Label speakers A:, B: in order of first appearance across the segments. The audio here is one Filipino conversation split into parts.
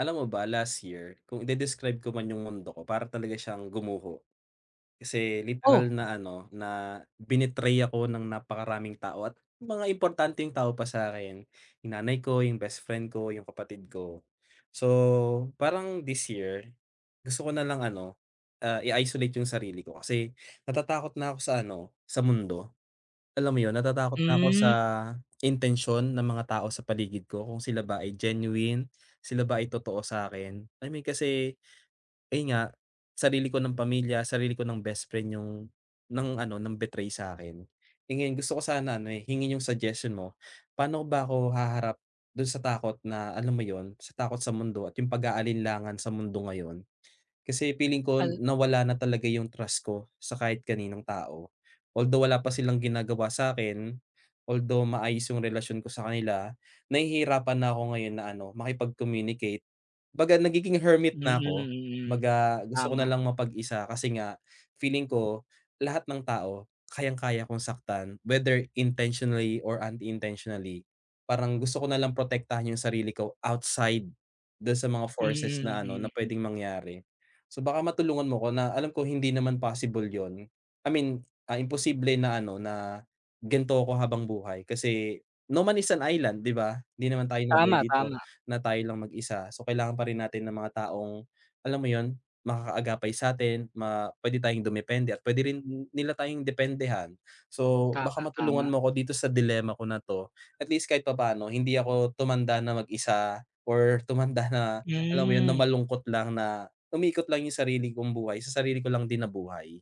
A: Alam mo ba last year kung ide-describe ko man yung mundo ko para talaga siyang gumuho. Kasi
B: Oh,
A: literal na ano, na binitray ako ng napakaraming tao at mga importanteng tao pa sa'kin. Yung nanay ko, yung best friend ko, yung kapatid ko. So, parang this year, gusto ko na lang ano, i-isolate yung sarili ko kasi natatakot na ako sa ano, sa mundo. Alam mo yun, natatakot na ako sa
B: hmm,
A: intensyon ng mga tao sa paligid ko, kung sila ba ay genuine, sila ba ay totoo sa akin. I mean kasi, ayun nga, sarili ko ng pamilya, sarili ko ng best friend yung ng ano, ng betray sa'kin. Eh, ngayon gusto ko sana ano, hingin yung suggestion mo, paano ba ako haharap dun sa takot na, alam mo yon, sa takot sa mundo at yung pag-aalinlangan sa mundo ngayon? Kasi feeling ko
B: al
A: nawala na talaga yung trust ko sa kahit kaninong tao. Although wala pa silang ginagawa sa akin, although maayos yung relasyon ko sa kanila, nahihirapan na ako ngayon na ano, makipag-communicate, baga nagiging hermit
B: mm,
A: na ako,
B: mm. Mm.
A: kumbaga gusto ko na
B: Tama,
A: lang mapag-isa kasi nga feeling ko lahat ng tao kayang-kaya kong saktan whether intentionally or unintentionally. Parang gusto ko na lang protektahan yung sarili ko outside dun sa mga
B: mm,
A: forces
B: mm.
A: na ano, na
B: Mm, mm.
A: puwedeng mangyari. So baka matulungan mo ko na alam ko hindi naman possible yun. I mean, imposible na ano, na ganito ako habang buhay kasi no man is an island, 'di ba? Hindi naman tayo nabuhay
B: Tama,
A: dito
B: tama,
A: na tayo lang mag-isa. So, kailangan pa rin natin ng mga taong, alam mo yun, makakaagapay sa'tin, puwede tayong dumepende at puwede rin nila tayong dependehan. So, baka
B: tama,
A: matulungan
B: tama.
A: mo ako dito sa dilemma ko na 'to. At least kahit papaano hindi ako tumanda na mag-isa or tumanda na, alam mo yun, na
B: Hmm,
A: malungkot lang na umiikot lang yung sarili kong buhay, sa sarili ko lang din na buhay.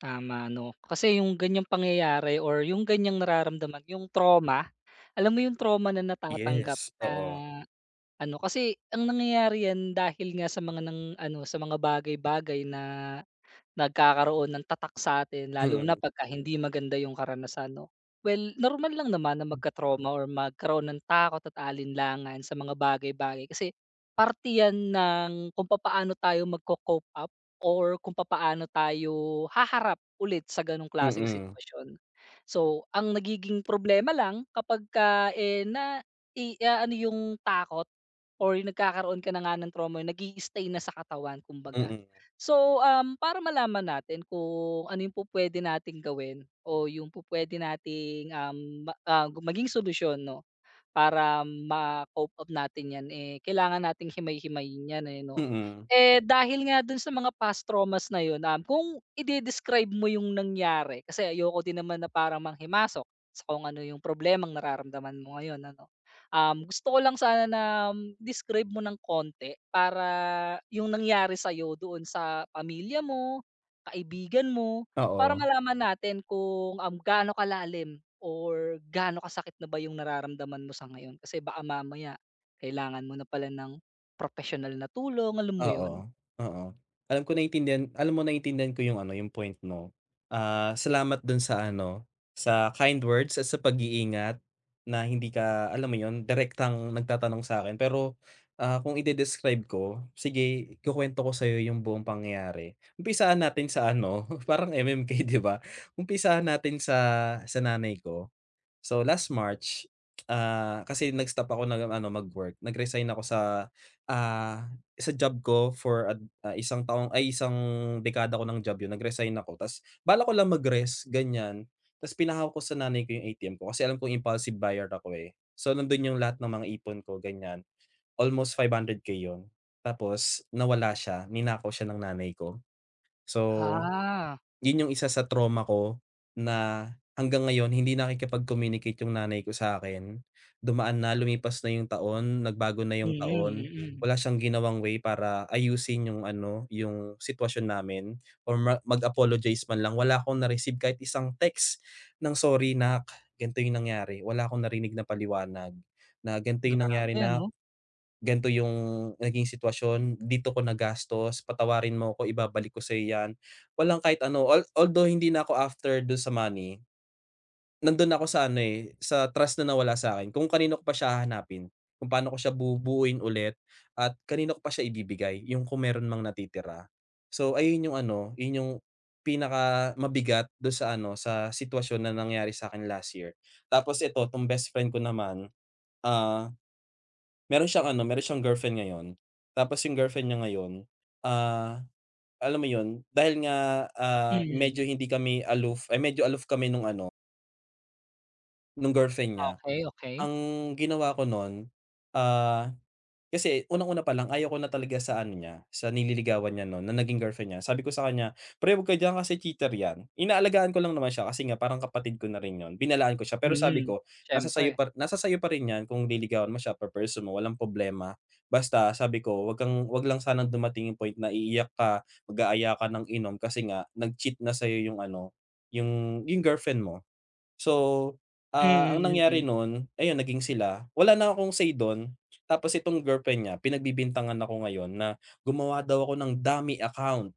B: tama 'no. Kasi yung ganyang pangyayari or yung ganyang nararamdaman, yung trauma, alam mo yung trauma na natatanggap
A: Yes,
B: na
A: oo.
B: ano, kasi ang nangyayari yan dahil nga sa mga nang ano, sa mga bagay-bagay na nagkakaroon ng tatak sa'tin lalo na
A: Mm,
B: pagka hindi maganda yung karanasan 'no. Well, normal lang naman na magka-trauma or magkaroon ng takot at alinlangan sa mga bagay-bagay kasi parte yan ng kung papaano tayo magco-cope up or kung papaano tayo haharap ulit sa ganong klaseng
A: mm,
B: sitwasyon. So, ang nagiging problema lang kapagka, eh, na i-aano yung takot or yung nagkakaroon ka na nga ng trauma nag stay na sa katawan kumbaga.
A: mm,
B: So, para malaman natin kung ano yung pupwede nating gawin o yung pupwede nating, maging solusyon 'no, para ma-cope up natin 'yan, eh, kailangan nating himay-himayin 'yan, eh, 'no?
A: mm,
B: Eh, dahil nga dun sa mga past traumas na 'yun, kung ide-describe mo 'yung nangyari, kasi ayoko din naman na parang manghimasok sa kung ano 'yung problemang nararamdaman mo ngayon, ano? Gusto ko lang sana na describe mo ng konti para 'yung nangyari sa'yo doon sa pamilya mo, kaibigan mo para
A: oo.
B: malaman natin kung, gaano kalalim or gaano kasakit na ba yung nararamdaman mo sa ngayon. Kasi baka mamaya kailangan mo na pala ng professional na tulong, alam mo yun?
A: Oo, oo. Alam mo naintindihan ko yung ano, yung point mo. Ah, salamat dun sa ano, sa kind words at sa pag-iingat na hindi ka, alam mo yun, direktang nagtatanong sa akin. Pero, kung ide-describe ko, sige ikukuwento ko sa'yo yung buong pangyayari. Umpisahan natin sa ano, parang MMK, 'di ba? Umpisahan natin sa nanay ko. So, last March, kasi nag-stop ako ng ano, mag-work. Nag-resign ako ah, sa job ko isang taong ay isang dekada ko ng job 'yun, nag-resign ako. Ta's balak ko lang mag-rest, ganiyan. Ta's pinahawak ko sa nanay ko 'yung ATM ko kasi alam kong impulsive buyer ako, eh. So, nando'n 'yung lahat ng mga ipon ko, ganyan, almost 500K 'yun. Tapos nawala siya, ninakaw siya ng nanay ko. So,
B: Ah,
A: yun yung isa sa trauma ko na hanggang ngayon hindi nakikipag-communicate yung nanay ko sa akin. Dumaan na, lumipas na yung taon, nagbago na yung
B: mm,
A: taon,
B: mm. Mm.
A: wala siyang ginawang way para ayusin yung ano, yung sitwasyon namin or mag-apologize man lang. Wala akong na-receive kahit isang text ng, "Sorry nak, ganito yung nangyari." Wala akong narinig na paliwanag na, "Ganito yung nangyari,
B: Grabe
A: na
B: ano?
A: gan'to yung naging sitwasyon, dito ko nagastos, patawarin mo ko, ibabalik ko sa'yo 'yan." Walang kahit ano, although hindi na ako after do sa money, nandun ako sa ano, sa trust na nawala sa akin kung kanino ko pa siya hahanapin, kung paano ko siya bubuuin ulit at kanino ko pa siya ibibigay, yung kung meron mang natitira. So, ayun yung ano, yun yung pinaka mabigat do sa ano, sa sitwasyon na nangyari sa akin last year. Tapos ito, 'tong bestfriend ko naman, ah meron siyang ano, meron siyang girlfriend ngayon. Tapos yung girlfriend niya ngayon, ah, alam mo yun, dahil nga,
B: Mm.
A: medyo hindi kami aloof ay medyo aloof kami nung ano, nung girlfriend niya.
B: Okey, okey.
A: Ang ginawa ko nun, ah kasi unang-una pa lang ayaw ko na talaga sa ano niya, sa nililigawan niya nun na naging girlfriend niya. Sabi ko sa kanya, "Pre, huwag ka diyan kasi cheater 'yan." Inaalagaan ko lang naman siya kasi nga parang kapatid ko na rin yun, binalaan ko siya. Pero sabi
B: Mm,
A: ko, "Nasa sa'yo
B: siyempre.
A: pa nasa sa'yo pa rin 'yan kung liligawan mo siya, pe-pursue mo, walang problema. Basta," sabi ko, wag lang sanang dumating yung point na iiyak ka, mag-aaya ka ng inom kasi nga nag-cheat na sa'yo yung ano, yung girlfriend mo." So, ang
B: Mm,
A: nangyari
B: mm.
A: nun, ayun naging sila. Wala na akong say dun, tapos itong girlfriend niya pinagbibintangan ako ngayon na gumawa daw ako ng dummy account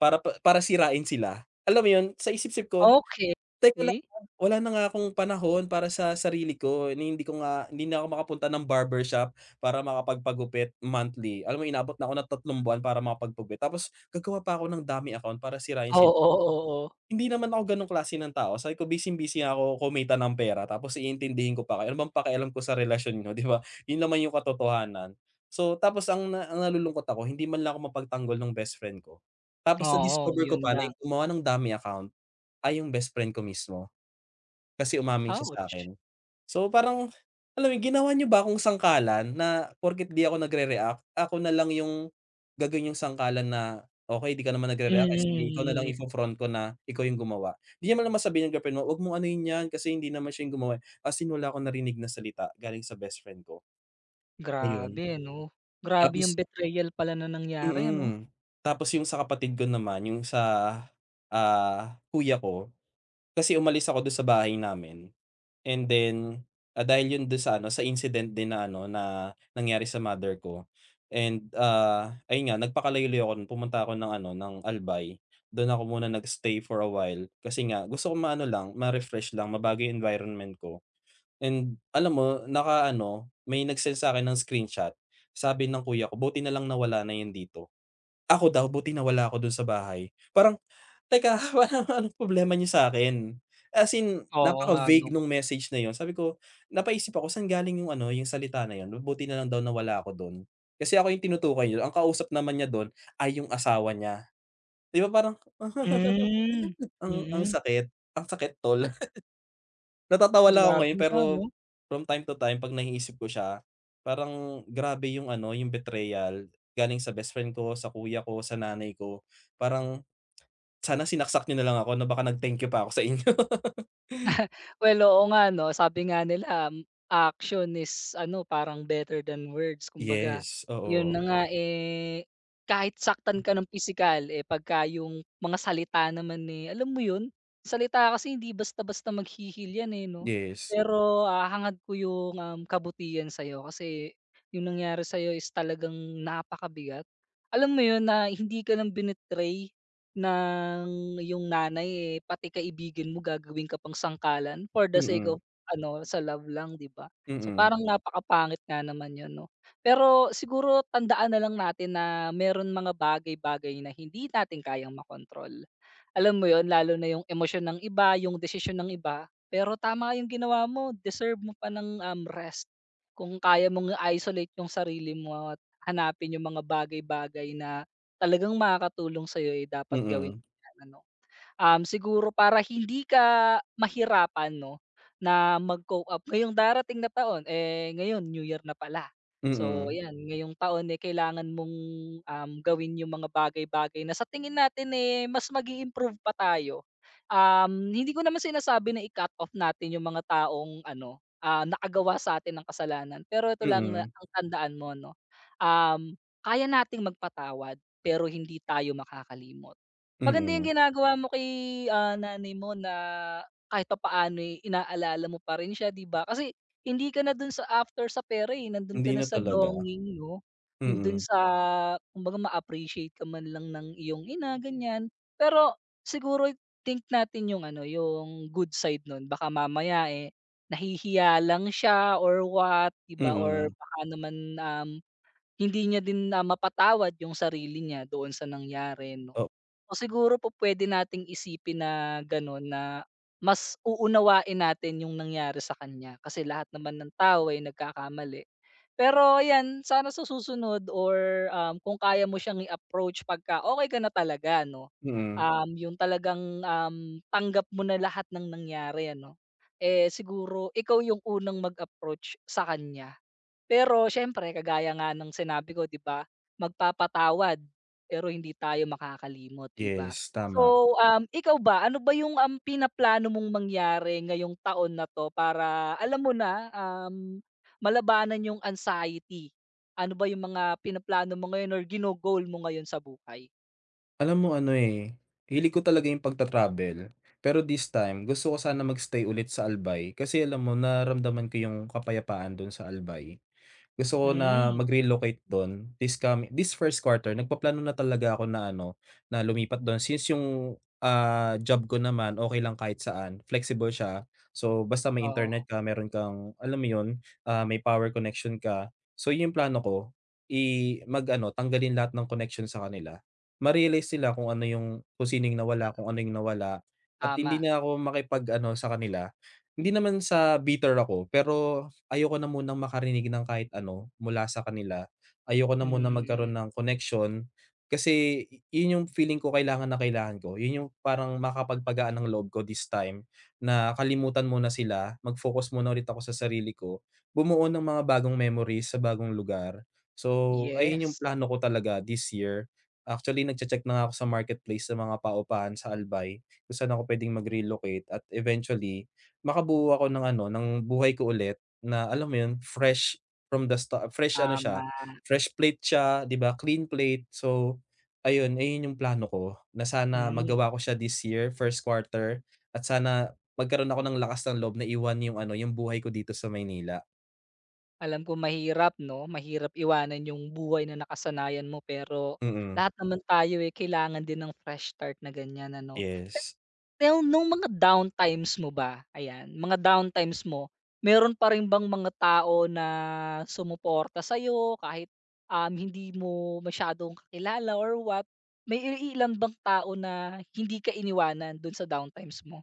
A: para sirain sila. Alam mo yun, sa isip-isip ko,
B: Okey,
A: teka lang,
B: okey.
A: wala na nga akong panahon para sa sarili ko, ni hindi ko nga hindi na ako makapunta ng barbershop para makapagpagupit monthly. Alam mo inabot na ako ng 3 buwan para makapagpagupit tapos gagawa pa ako ng dummy account para sirain sila.
B: Oo, oo.
A: Hindi naman ako gano'ng klase ng tao. Sabi ko busy-busy ako kumita ng pera tapos iintindihin ko pa kayo, ano bang pakialam ko sa relasyon niyo, 'di ba? 'Yun naman yung katotohanan. So, tapos, ang nalulungkot ako hindi man lang ako mapagtanggol ng best friend ko.
B: Oo,
A: Tapos
B: oo, oo,
A: na-discover ko
B: yun
A: pa na
B: lang.
A: yung gumawa ng dami account ay yung best friend ko mismo. Kasi umamin siya
B: Ouch.
A: sa'kin. So, parang, alam mo yun, ginawa niyo ba akong sangkalan na porket di ako nagre-react, ako na lang yung gagawin yung sangkalan na, "Okey, di ka naman
B: Mm,
A: nagre-react, eh, sige ikaw na lang
B: mm.
A: ifo-front ko na ikaw yung gumawa." Di naman naman sabihin ng girlfriend mo, "Wag mong anuhin 'yan kasi hindi naman siya yung gumawa, eh." As in wala akong narinig na salita galing sa bestfriend ko, ayun.
B: Grabe ano? Grabe
A: Tapos
B: yung betrayal pala na nangyari ano?
A: mm. Tapos yung sa kapatid ko naman, yung sa, kuya ko, kasi umalis ako dun sa bahay namin. And then, dahil yun dun sa ano, sa incident din na ano, na nangyari sa mother ko and, ayun nga nagpakalayo-layo ako nun, pumunta ako ng ano, ng Albay. Dun ako muna nag-stay for a while kasi nga gusto ko maano lang, ma-refresh lang, mabago yung environment ko. And alam mo naka ano, may nag-send sa'kin ng screenshot, sabi ng kuya ko, "Buti nalang nawala na yun dito." Ako daw buti nawala ako dun sa bahay. Parang, teka, parang anong problema niyo sa'kin? As in,
B: Oo nga 'no.
A: napaka-vague nung message na yon. Sabi ko, napaisip ako saan galing yung ano, yung salita na yon. Mabuti na lang daw na wala ako dun. Kasi ako yung tinutukoy niyo, ang kausap naman niya dun ay yung asawa niya. 'Di ba parang,
B: Hmm,
A: ang ang
B: mm.
A: sakit, ang sakit tol. Natatawa lang ako
B: Grabe
A: ngayon pero
B: nga 'no.
A: from time to time 'pag naiisip ko siya, parang grabe yung ano, yung betrayal galing sa best friend ko, sa kuya ko, sa nanay ko. Parang sana sinaksak niyo na lang ako, na baka nag-thank you pa ako sa inyo.
B: Well, oo nga 'no, sabi nga nila, action is ano, parang better than words kumbaga.
A: Yes,
B: 'Yun
A: oo.
B: na nga, eh, kahit saktan ka ng pisikal, eh, pagka yung mga salita naman, eh, alam mo 'yun, salita kasi hindi basta-basta maghihil 'yan, eh, 'no.
A: Yes.
B: Pero, hangad ko yung, kabutihan sa'yo kasi yung nangyari sa'yo is talagang napakabigat. Alam mo 'yun na hindi ka lang binitray ng yung nanay, eh, pati kaibigan mo gagawin ka pang sangkalan for the sake
A: Mm,
B: of ano, sa love lang, 'di ba? So,
A: mm,
B: parang napakapangit nga naman 'yun 'no. Pero siguro tandaan na lang natin na meron mga bagay-bagay na hindi natin kayang makontrol. Alam mo yon lalo na yung emosyon ng iba, yung desisyon ng iba. Pero tama yung ginawa mo, deserve mo pa ng, rest. Kung kaya mong i-isolate yung sarili mo at hanapin yung mga bagay-bagay na talagang makakatulong sa'yo, eh, dapat gawin
A: mm,
B: yan ano. Siguro para hindi ka mahirapan 'no, na mag-cope up ngayong darating na taon, eh, ngayon New Year na pala. So
A: mm,
B: ayan, ngayong taon, eh, kailangan mong, gawin yung mga bagay-bagay na sa tingin natin, eh, mas mag improve pa tayo. Hindi ko naman sinasabi na i-cut off natin yung mga taong ano, nakagawa sa atin ng kasalanan, pero ito lang na
A: mm,
B: ang tandaan mo 'no, um, kaya nating magpatawad pero hindi tayo makakalimot. Maganda yung
A: mm.
B: ginagawa mo kay, nanay mo na kahit papaano, eh, inaalala mo pa rin siya, 'di ba? Kasi hindi ka na dun sa after sa pera, eh, nandun
A: Hindi
B: ka na
A: na
B: sa
A: talaga.
B: longing 'no? Yung dun
A: Mm,
B: sa kumbaga ma-appreciate ka man lang ng iyong ina, ganyan. Pero siguro think natin yung ano, yung good side nun. Baka mamaya, eh, nahihiya lang siya or what, 'di ba? Or
A: mm,
B: baka naman, hindi niya din na mapatawad yung sarili niya doon sa nangyari 'no.
A: o
B: So siguro po pwede nating isipin na gano'n na mas uunawain natin yung nangyari sa kanya kasi lahat naman ng tao ay nagkakamali. Pero ayan, sana sa susunod or, kung kaya mo siyang i-approach pagka okey ka na talaga 'no,
A: mm.
B: yung talagang, tanggap mo na lahat ng nangyari ano, eh, siguro ikaw yung unang mag-approach sa kanya. Pero siyempre kagaya nga ng sinabi ko 'di ba, magpapatawad, pero hindi tayo makakalimot 'di ba?
A: Yes, tama.
B: So, ikaw ba ano ba yung, pinaplano mong mangyari ngayong taon na 'to para alam mo na, malabanan yung anxiety? Ano ba yung mga pinaplano mo ngayon or gino-goal mo ngayon sa buhay?
A: Alam mo ano, eh, hilig ko talaga yung pagta-travel, pero this time gusto ko sana mag-stay ulit sa Albay kasi alam mo naramdaman ko yung kapayapaan dun sa Albay. Gusto ko na
B: Hmm,
A: mag-relocate dun this first quarter, nagpaplano na talaga ako na ano, na lumipat don since yung, job ko naman okey lang kahit saan, flexible siya. So, basta may
B: oo,
A: internet ka, meron kang alam mo yun, may power connection ka. So, yun yung plano ko, mag-ano, tanggalin lahat ng connection sa kanila. Ma-realize nila kung sino yung nawala, kung ano yung nawala at hindi
B: tama.
A: na ako makipag-ano sa kanila. Hindi naman sa bitter ako pero ayoko na munang makarinig ng kahit ano mula sa kanila. Ayoko na munang magkaroon
B: Hmm,
A: ng connection kasi yun yung feeling ko kailangan na kailangan ko. Yun yung parang makapagpagaan ng loob ko this time na kalimutan muna sila, mag-focus muna ulit ako sa sarili ko, bumuo ng mga bagong memories sa bagong lugar. So, ayun yung
B: yes,
A: plano ko talaga this year. Actually, nagche-check na nga ako sa marketplace sa mga paupahan sa Albay kung saan ako pwedeng mag-relocate at eventually makabuo ako ng ano, ng buhay ko ulit na alam mo yun, fresh from the sta fresh ano siya,
B: tama,
A: fresh plate siya, 'di ba, clean plate. So, ayun yung plano ko na sana
B: hmm.
A: magawa ko siya this year, first quarter at sana magkaroon ako ng lakas ng loob na iwan yung ano, yung buhay ko dito sa Maynila.
B: Alam ko mahirap 'no, mahirap iwanan yung buhay na nakasanayan mo pero
A: Mm,
B: lahat naman tayo, eh, kailangan din ng fresh start na ganyan ano.
A: yes.
B: Pero nung mga down times mo ba, ayan, mga down times mo, meron pa rin bang mga tao na sumuporta sa'yo kahit, hindi mo masyadong kakilala or what? May iniilan bang tao na hindi ka iniwanan dun sa down times mo?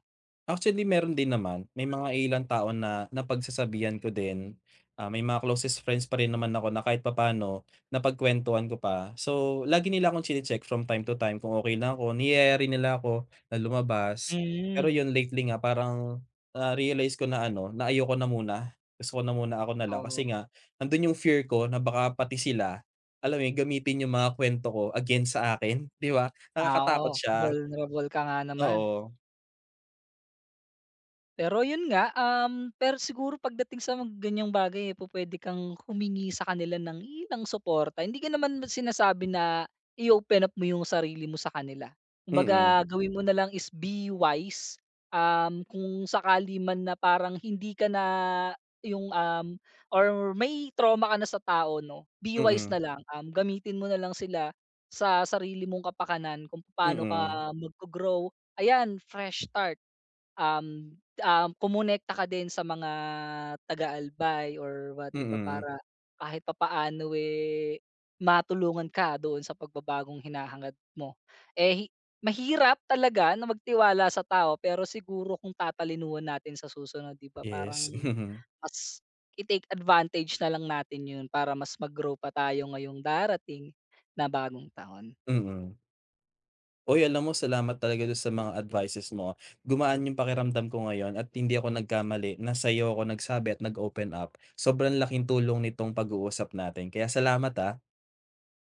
A: Actually, meron din naman. May mga ilang tao na napagsasabihan ko din. Ah, may mga closest friends pa rin naman ako na kahit papaano napagkuwentuhan ko pa. So, lagi nila akong chine-check from time to time kung okay lang ako. Niyayari nila ako na lumabas. Pero
B: Hmm,
A: yun lately nga parang na-realize ko na ano, na ayoko na muna. Gusto ko na muna, ako na lang.
B: oo.
A: Kasi nga nandun yung fear ko na baka pati sila, alam mo yun, gamitin yung mga kuwento ko against sa akin, 'di ba?
B: Ah, oo,
A: Nakakatakot siya.
B: vulnerable ka nga naman.
A: Oo.
B: Pero yun nga, pero siguro pagdating sa mga ganyang bagay, eh, pupuwede kang humingi sa kanila ng ilang suporta. Hindi ko naman sinasabi na i-open up mo yung sarili mo sa kanila.
A: Mm,
B: Kumbaga gawin mo na lang is be wise, kung sakali man na parang hindi ka na yung, or may trauma ka na sa tao 'no, be wise
A: mm.
B: na lang, gamitin mo na lang sila sa sarili mong kapakanan kung paano
A: Mm,
B: ka mag grow. Ayan, fresh start. Um, um, kumonekta ka din sa mga taga-Albay or what 'di ba
A: mm.
B: para kahit papaano, eh, matulungan ka doon sa pagbabagong hinahangad mo. Eh, mahirap talaga na magtiwala sa tao pero siguro kung tatalinuhan natin sa susunod 'di ba parang
A: Yes,
B: mas i-take advantage na lang natin 'yun para mas mag-grow pa tayo ngayong darating na bagong taon.
A: mm. Uy, alam mo salamat talaga dun sa mga advices mo. Gumaan yung pakiramdam ko ngayon at hindi ako nagkamali na sa'yo ako nagsabi at nag-open up. Sobrang laking tulong nitong pag-uusap natin kaya salamat, ah.